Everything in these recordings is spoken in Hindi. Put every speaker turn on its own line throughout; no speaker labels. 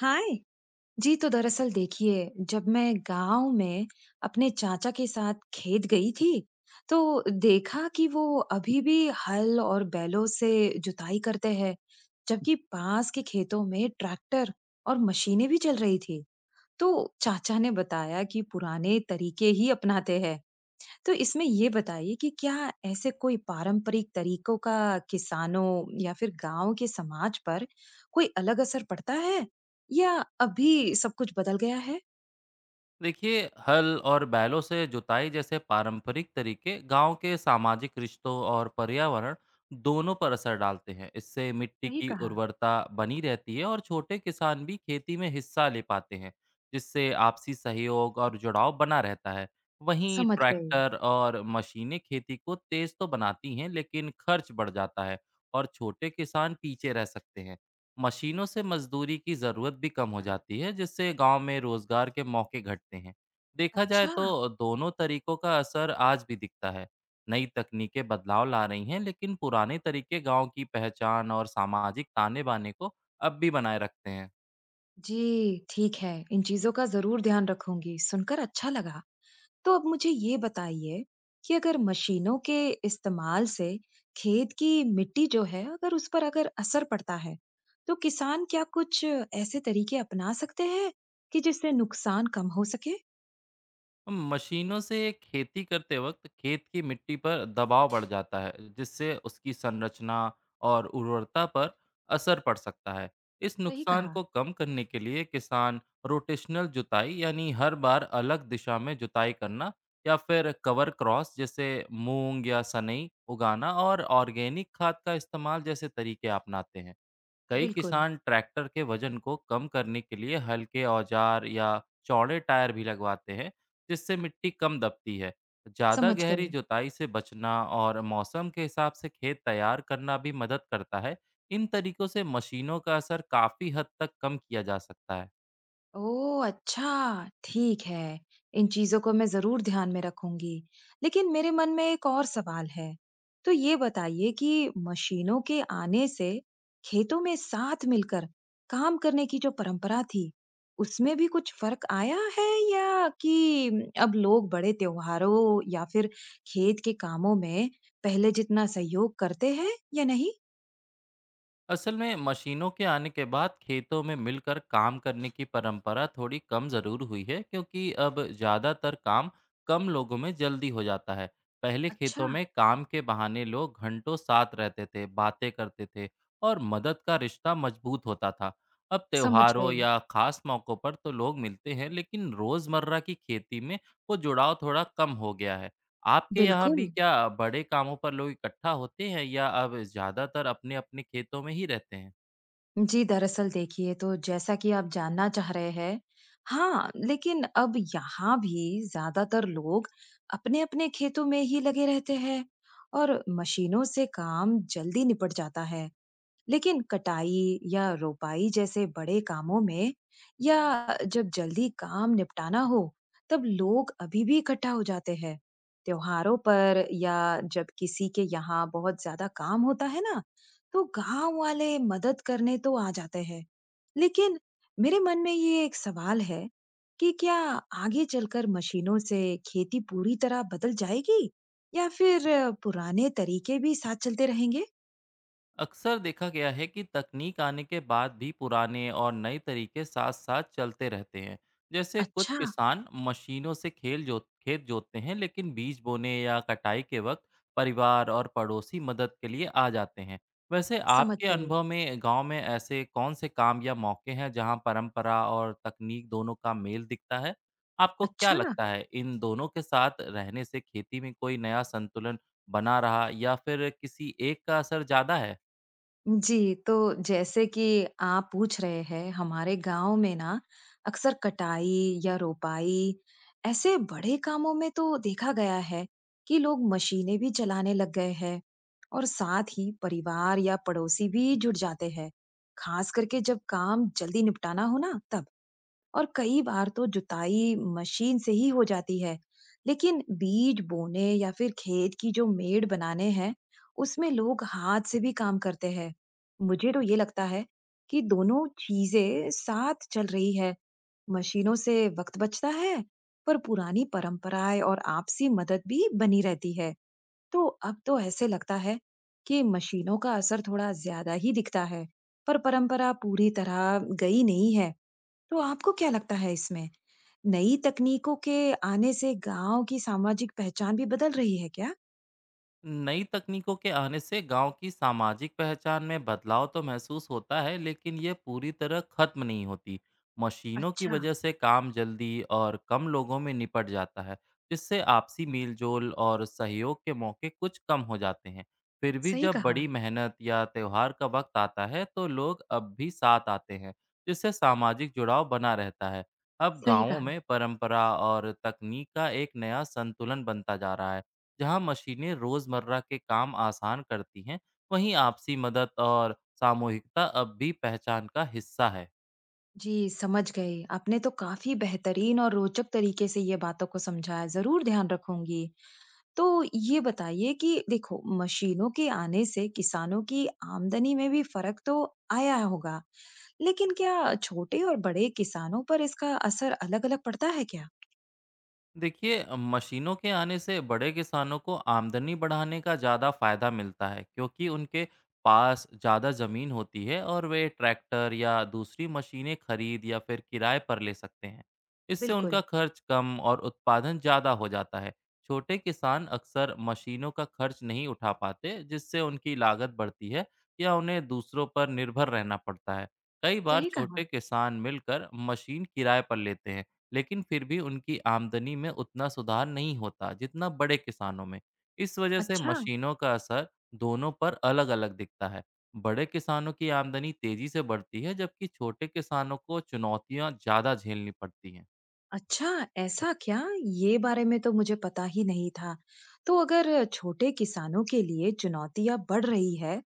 हाय जी। तो दरअसल देखिए, जब मैं गांव में अपने चाचा के साथ खेत गई थी तो देखा कि वो अभी भी हल और बैलों से जुताई करते हैं, जबकि पास के खेतों में ट्रैक्टर और मशीनें भी चल रही थी। तो चाचा ने बताया कि पुराने तरीके ही अपनाते हैं। तो इसमें ये बताइए कि क्या ऐसे कोई पारंपरिक तरीकों का किसानों या फिर गांव के समाज पर कोई अलग असर पड़ता है, या अभी सब कुछ बदल गया है।
देखिए। हल और बैलों से जुताई जैसे पारंपरिक तरीके गांव के सामाजिक रिश्तों और पर्यावरण दोनों पर असर डालते हैं। इससे मिट्टी
सही
की
कहा।
उर्वरता बनी रहती है और छोटे किसान भी खेती में हिस्सा ले पाते हैं, जिससे आपसी सहयोग और जुड़ाव बना रहता है। वहीं
समझ गई।
ट्रैक्टर और मशीनें खेती को तेज तो बनाती हैं लेकिन खर्च बढ़ जाता है और छोटे किसान पीछे रह सकते हैं। मशीनों से मजदूरी की ज़रूरत भी कम हो जाती है, जिससे गांव में रोजगार के मौके घटते हैं। देखा जाए
अच्छा।
तो दोनों तरीकों का असर आज भी दिखता है। नई तकनीकें बदलाव ला रही हैं लेकिन पुराने तरीके गांव की पहचान और सामाजिक ताने बाने को अब भी बनाए रखते हैं।
जी ठीक है, इन चीजों का जरूर ध्यान रखूंगी, सुनकर अच्छा लगा। तो अब मुझे ये बताइए कि अगर मशीनों के इस्तेमाल से खेत की मिट्टी जो है, अगर उस पर अगर असर पड़ता है, तो किसान क्या कुछ ऐसे तरीके अपना सकते हैं कि जिससे नुकसान कम हो सके?
हम मशीनों से खेती करते वक्त खेत की मिट्टी पर दबाव बढ़ जाता है, जिससे उसकी संरचना और उर्वरता पर असर पड़ सकता है। इस
सही
नुकसान
कहा।
को कम करने के लिए किसान रोटेशनल जुताई यानी हर बार अलग दिशा में जुताई करना या फिर कवर क्रॉस जैसे मूंग या सनई उगाना और ऑर्गेनिक खाद का इस्तेमाल जैसे तरीके अपनाते हैं। कई
बिल्कुल।
किसान ट्रैक्टर के वजन को कम करने के लिए हल्के औजार या चौड़े टायर भी लगवाते हैं, जिससे मिट्टी कम दबती है। ज़्यादा
समझ गई।
गहरी जुताई से बचना और मौसम के हिसाब से खेत तैयार करना भी मदद करता है। इन तरीकों से मशीनों का असर काफ़ी हद तक कम किया जा सकता है।
ओह! अच्छा, ठीक है। इन चीज़ों को मैं ज़रूर ध्यान में रखूँगी। लेकिन मेरे मन में एक और सवाल है। तो ये बताइए कि मशीनों के आने से खेतों में साथ मिलकर काम करने की जो परंपरा थी, उसमें भी कुछ फ़र्क आया है, या कि अब लोग बड़े त्योहारों या फिर खेत के कामों में पहले जितना सहयोग करते हैं या नहीं?
असल में मशीनों के आने के बाद खेतों में मिलकर काम करने की परंपरा थोड़ी कम ज़रूर हुई है, क्योंकि अब ज़्यादातर काम कम लोगों में जल्दी हो जाता है। पहले
अच्छा।
खेतों में काम के बहाने लोग घंटों साथ रहते थे, बातें करते थे और मदद का रिश्ता मजबूत होता था। अब
समझ
त्योहारों
गई।
या खास मौक़ों पर तो लोग मिलते हैं लेकिन रोज़मर्रा की खेती में वो जुड़ाव थोड़ा कम हो गया है। आपके यहाँ भी
बिल्कुल।
क्या बड़े कामों पर लोग इकट्ठा होते हैं या अब ज़्यादातर अपने-अपने खेतों में ही रहते हैं?
जी, दरअसल देखिए, तो जैसा कि आप जानना चाह रहे हैं, हाँ, लेकिन अब यहाँ भी ज़्यादातर लोग अपने-अपने खेतों में ही लगे रहते हैं और मशीनों से काम जल्दी निपट जाता है। लेकिन कटाई या रोपाई जैसे बड़े कामों में, या जब जल्दी काम निपटाना हो, तब लोग अभी भी इकट्ठा हो जाते हैं। त्योहारों पर या जब किसी के यहाँ बहुत ज्यादा काम होता है ना, तो गांव वाले मदद करने तो आ जाते हैं। लेकिन मेरे मन में ये एक सवाल है कि क्या आगे चलकर मशीनों से खेती पूरी तरह बदल जाएगी, या फिर पुराने तरीके भी साथ चलते रहेंगे।
अक्सर देखा गया है कि तकनीक आने के बाद भी पुराने और नए तरीके साथ साथ चलते रहते हैं। जैसे कुछ
अच्छा।
किसान मशीनों से खेल जो खेत जोतते हैं लेकिन बीज बोने या कटाई के वक्त परिवार और पड़ोसी मदद के लिए आ जाते हैं। वैसे
समझ
आपके
गई।
अनुभव में गांव में ऐसे कौन से काम या मौके हैं जहां परंपरा और तकनीक दोनों का मेल दिखता है? आपको क्या
अच्छा,
लगता है, इन दोनों के साथ रहने से खेती में कोई नया संतुलन बना रहा या फिर किसी एक का असर ज़्यादा है?
जी, तो जैसे कि आप पूछ रहे हैं, हमारे गाँव में ना अक्सर कटाई या रोपाई, ऐसे बड़े कामों में तो देखा गया है कि लोग मशीनें भी चलाने लग गए हैं और साथ ही परिवार या पड़ोसी भी जुट जाते हैं, खास करके जब काम जल्दी निपटाना हो ना, तब। और कई बार तो जुताई मशीन से ही हो जाती है, लेकिन बीज बोने या फिर खेत की जो मेड़ बनाने हैं, उसमें लोग हाथ से भी काम करते हैं। मुझे तो ये लगता है कि दोनों चीजें साथ चल रही है। मशीनों से वक्त बचता है, पर पुरानी परंपराएं और आपसी मदद भी बनी रहती है। तो अब तो ऐसे लगता है कि मशीनों का असर थोड़ा ज्यादा ही दिखता है, पर परंपरा पूरी तरह गई नहीं है। तो आपको क्या लगता है इसमें, नई तकनीकों के आने से गाँव की सामाजिक पहचान भी बदल रही है क्या?
नई तकनीकों के आने से गांव की सामाजिक पहचान में बदलाव तो महसूस होता है लेकिन ये पूरी तरह खत्म नहीं होती। मशीनों की
अच्छा।
वजह से काम जल्दी और कम लोगों में निपट जाता है, जिससे आपसी मेलजोल और सहयोग के मौके कुछ कम हो जाते हैं। फिर भी
सही
जब
कहा।
बड़ी मेहनत या त्योहार का वक्त आता है तो लोग अब भी साथ आते हैं, जिससे सामाजिक जुड़ाव बना रहता है। अब
सही
गांवों
कहा।
में परंपरा और तकनीक का एक नया संतुलन बनता जा रहा है। जहां मशीनें रोजमर्रा के काम आसान करती हैं, वहीं आपसी मदद और सामूहिकता अब भी पहचान का हिस्सा है।
जी, समझ गई। आपने तो काफ़ी बेहतरीन और रोचक तरीके से ये बातों को समझाया, ज़रूर ध्यान रखूँगी। तो ये बताइए कि देखो, मशीनों के आने से किसानों की आमदनी में भी फ़र्क तो आया होगा, लेकिन क्या छोटे और बड़े किसानों पर इसका असर अलग-अलग पड़ता है क्या?
देखिए मशीनों के आने से बड़े किसानों को आमदनी बढ़ाने का ज़्यादा फायदा मिलता है, क्योंकि उनके पास ज़्यादा ज़मीन होती है और वे ट्रैक्टर या दूसरी मशीनें खरीद या फिर किराए पर ले सकते हैं। इससे उनका
बिल्कुल।
खर्च कम और उत्पादन ज़्यादा हो जाता है। छोटे किसान अक्सर मशीनों का खर्च नहीं उठा पाते, जिससे उनकी लागत बढ़ती है या उन्हें दूसरों पर निर्भर रहना पड़ता है। कई बार
सही
छोटे
कहा।
किसान मिलकर मशीन किराए पर लेते हैं लेकिन फिर भी उनकी आमदनी में उतना सुधार नहीं होता जितना बड़े किसानों में। इस वजह से
अच्छा।
मशीनों का असर दोनों पर अलग-अलग दिखता है। बड़े किसानों की आमदनी तेजी से बढ़ती है जबकि छोटे किसानों को चुनौतियां ज़्यादा झेलनी पड़ती हैं।
अच्छा, ऐसा क्या? ये बारे में तो मुझे पता ही नहीं था। तो अगर छोटे किसानों के लिए चुनौतियां बढ़ रही है,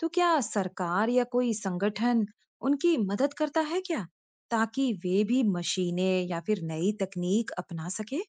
तो क्या सरकार या कोई संगठन उनकी मदद करता है क्या, ताकि वे भी मशीनें या फिर नई तकनीक अपना सके?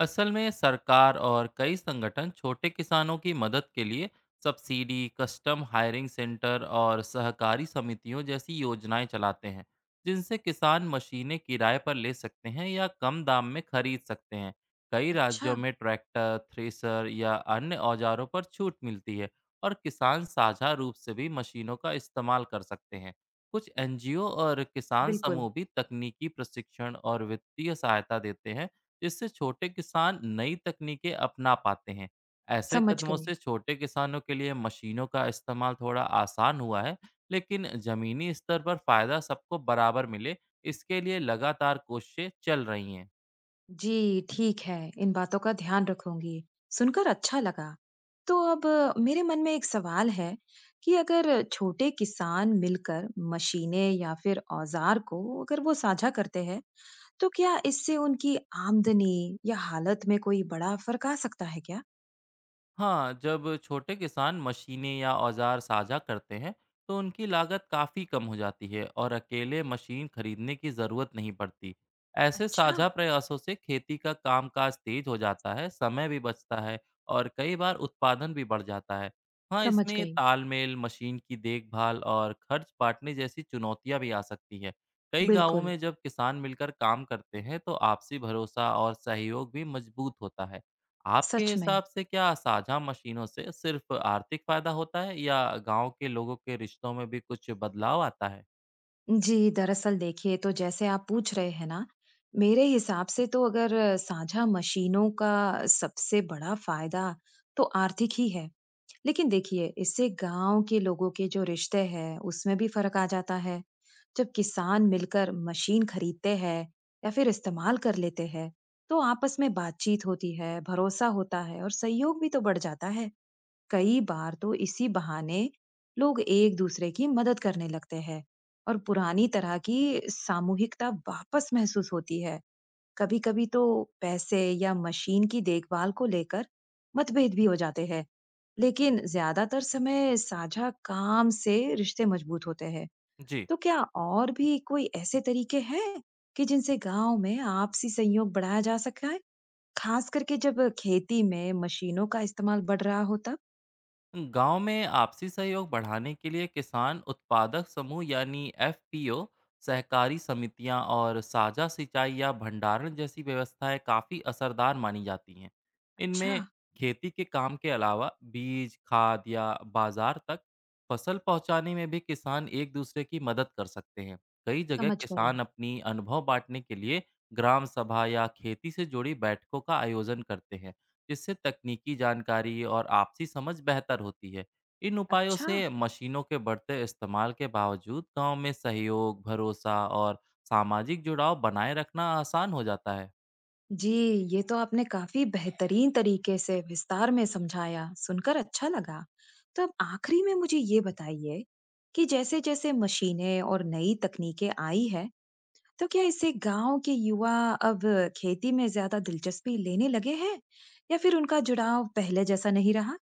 असल में सरकार और कई संगठन छोटे किसानों की मदद के लिए सब्सिडी, कस्टम हायरिंग सेंटर और सहकारी समितियों जैसी योजनाएं चलाते हैं, जिनसे किसान मशीनें किराए पर ले सकते हैं या कम दाम में खरीद सकते हैं। कई
अच्छा।
राज्यों में ट्रैक्टर, थ्रेसर या अन्य औजारों पर छूट मिलती है और किसान साझा रूप से भी मशीनों का इस्तेमाल कर सकते हैं। कुछ एनजीओ और किसान
बिल्कुल।
समूह भी तकनीकी प्रशिक्षण और वित्तीय सहायता देते हैं, जिससे छोटे किसान नई तकनीकें अपना पाते हैं। ऐसे
समझ
कदमों
गई।
से छोटे किसानों के लिए मशीनों का इस्तेमाल थोड़ा आसान हुआ है, लेकिन ज़मीनी स्तर पर फ़ायदा सबको बराबर मिले, इसके लिए लगातार कोशिशें चल रही हैं।
जी, ठीक है, इन बातों का ध्यान रखूंगी। सुनकर अच्छा लगा। तो अब मेरे मन में एक सवाल है कि अगर छोटे किसान मिलकर मशीनें या फिर औजार को अगर वो साझा करते हैं, तो क्या इससे उनकी आमदनी या हालत में कोई बड़ा फर्क आ सकता है क्या?
हाँ, जब छोटे किसान मशीनें या औजार साझा करते हैं तो उनकी लागत काफ़ी कम हो जाती है और अकेले मशीन खरीदने की ज़रूरत नहीं पड़ती। ऐसे
अच्छा।
साझा प्रयासों से खेती का कामकाज तेज हो जाता है, समय भी बचता है और कई बार उत्पादन भी बढ़ जाता है। हाँ,
समझ
इसमें
गई।
तालमेल, मशीन की देखभाल और खर्च बांटने जैसी चुनौतियाँ भी आ सकती हैं। कई गांवों
बिल्कुल।
में जब किसान मिलकर काम करते हैं तो आपसी भरोसा और सहयोग भी मजबूत होता है। आपके
सच में।
हिसाब से क्या साझा मशीनों से सिर्फ आर्थिक फायदा होता है या गांव के लोगों के रिश्तों में भी कुछ बदलाव आता है?
जी, दरअसल देखिए, तो जैसे आप पूछ रहे हैं ना, मेरे हिसाब से तो अगर साझा मशीनों का सबसे बड़ा फ़ायदा, तो आर्थिक ही है। लेकिन देखिए, इससे गाँव के लोगों के जो रिश्ते हैं, उसमें भी फ़र्क आ जाता है। जब किसान मिलकर मशीन खरीदते हैं या फिर इस्तेमाल कर लेते हैं, तो आपस में बातचीत होती है, भरोसा होता है और सहयोग भी तो बढ़ जाता है। कई बार तो इसी बहाने लोग एक दूसरे की मदद करने लगते हैं और पुरानी तरह की सामूहिकता वापस महसूस होती है। कभी कभी तो पैसे या मशीन की देखभाल को लेकर मतभेद भी हो जाते हैं, लेकिन ज्यादातर समय साझा काम से रिश्ते मजबूत होते हैं।
जी।
तो क्या और भी कोई ऐसे तरीके हैं कि जिनसे गांव में आपसी सहयोग बढ़ाया जा सका है, खास करके जब खेती में मशीनों का इस्तेमाल बढ़ रहा हो तब?
गांव में आपसी सहयोग बढ़ाने के लिए किसान उत्पादक समूह यानी एफपीओ, सहकारी समितियां और साझा सिंचाई या भंडारण जैसी व्यवस्थाएं काफ़ी असरदार मानी जाती हैं।
अच्छा।
इनमें खेती के काम के अलावा बीज, खाद या बाजार तक फसल पहुंचाने में भी किसान एक दूसरे की मदद कर सकते हैं। कई जगह
समझ गई।
किसान अपनी अनुभव बांटने के लिए ग्राम सभा या खेती से जुड़ी बैठकों का आयोजन करते हैं, जिससे तकनीकी जानकारी और आपसी समझ बेहतर होती है। इन उपायों
अच्छा,
से मशीनों के बढ़ते इस्तेमाल के बावजूद गांव में सहयोग, भरोसा और सामाजिक जुड़ाव बनाए रखना आसान हो जाता है।
जी, ये तो आपने काफी बेहतरीन तरीके से विस्तार में समझाया, सुनकर अच्छा लगा। तो अब आखिरी में मुझे ये बताइए कि जैसे-जैसे मशीनें और नई तकनीकें आई है, तो क्या इससे गाँव के युवा अब खेती में ज़्यादा दिलचस्पी लेने लगे हैं, या फिर उनका जुड़ाव पहले जैसा नहीं रहा?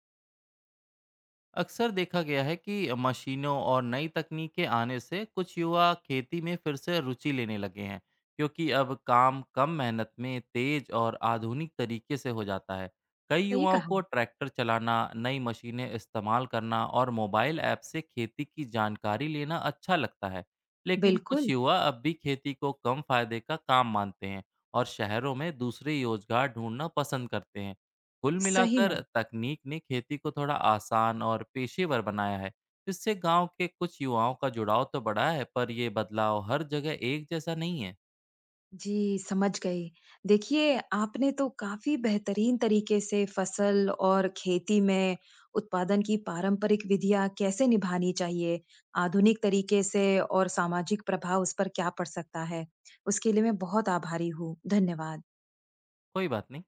अक्सर देखा गया है कि मशीनों और नई तकनीक के आने से कुछ युवा खेती में फिर से रुचि लेने लगे हैं, क्योंकि अब काम कम मेहनत में तेज और आधुनिक तरीके से हो जाता है। कई
सही
युवाओं को
कहा।
ट्रैक्टर चलाना, नई मशीनें इस्तेमाल करना और मोबाइल ऐप से खेती की जानकारी लेना अच्छा लगता है। लेकिन कुछ
बिल्कुल।
युवा अब भी खेती को कम फायदे का काम मानते हैं और शहरों में दूसरे रोजगार ढूंढना पसंद करते हैं। कुल
सही
मिलाकर
में।
तकनीक ने खेती को थोड़ा आसान और पेशेवर बनाया है, जिससे गांव के कुछ युवाओं का जुड़ाव तो बढ़ा है पर यह बदलाव हर जगह एक जैसा नहीं है।
जी, समझ गई। देखिए, आपने तो काफ़ी बेहतरीन तरीके से फसल और खेती में उत्पादन की पारंपरिक विधियाँ कैसे निभानी चाहिए, आधुनिक तरीके से, और सामाजिक प्रभाव उस पर क्या पड़ सकता है, उसके लिए मैं बहुत आभारी हूँ। धन्यवाद।
कोई बात नहीं।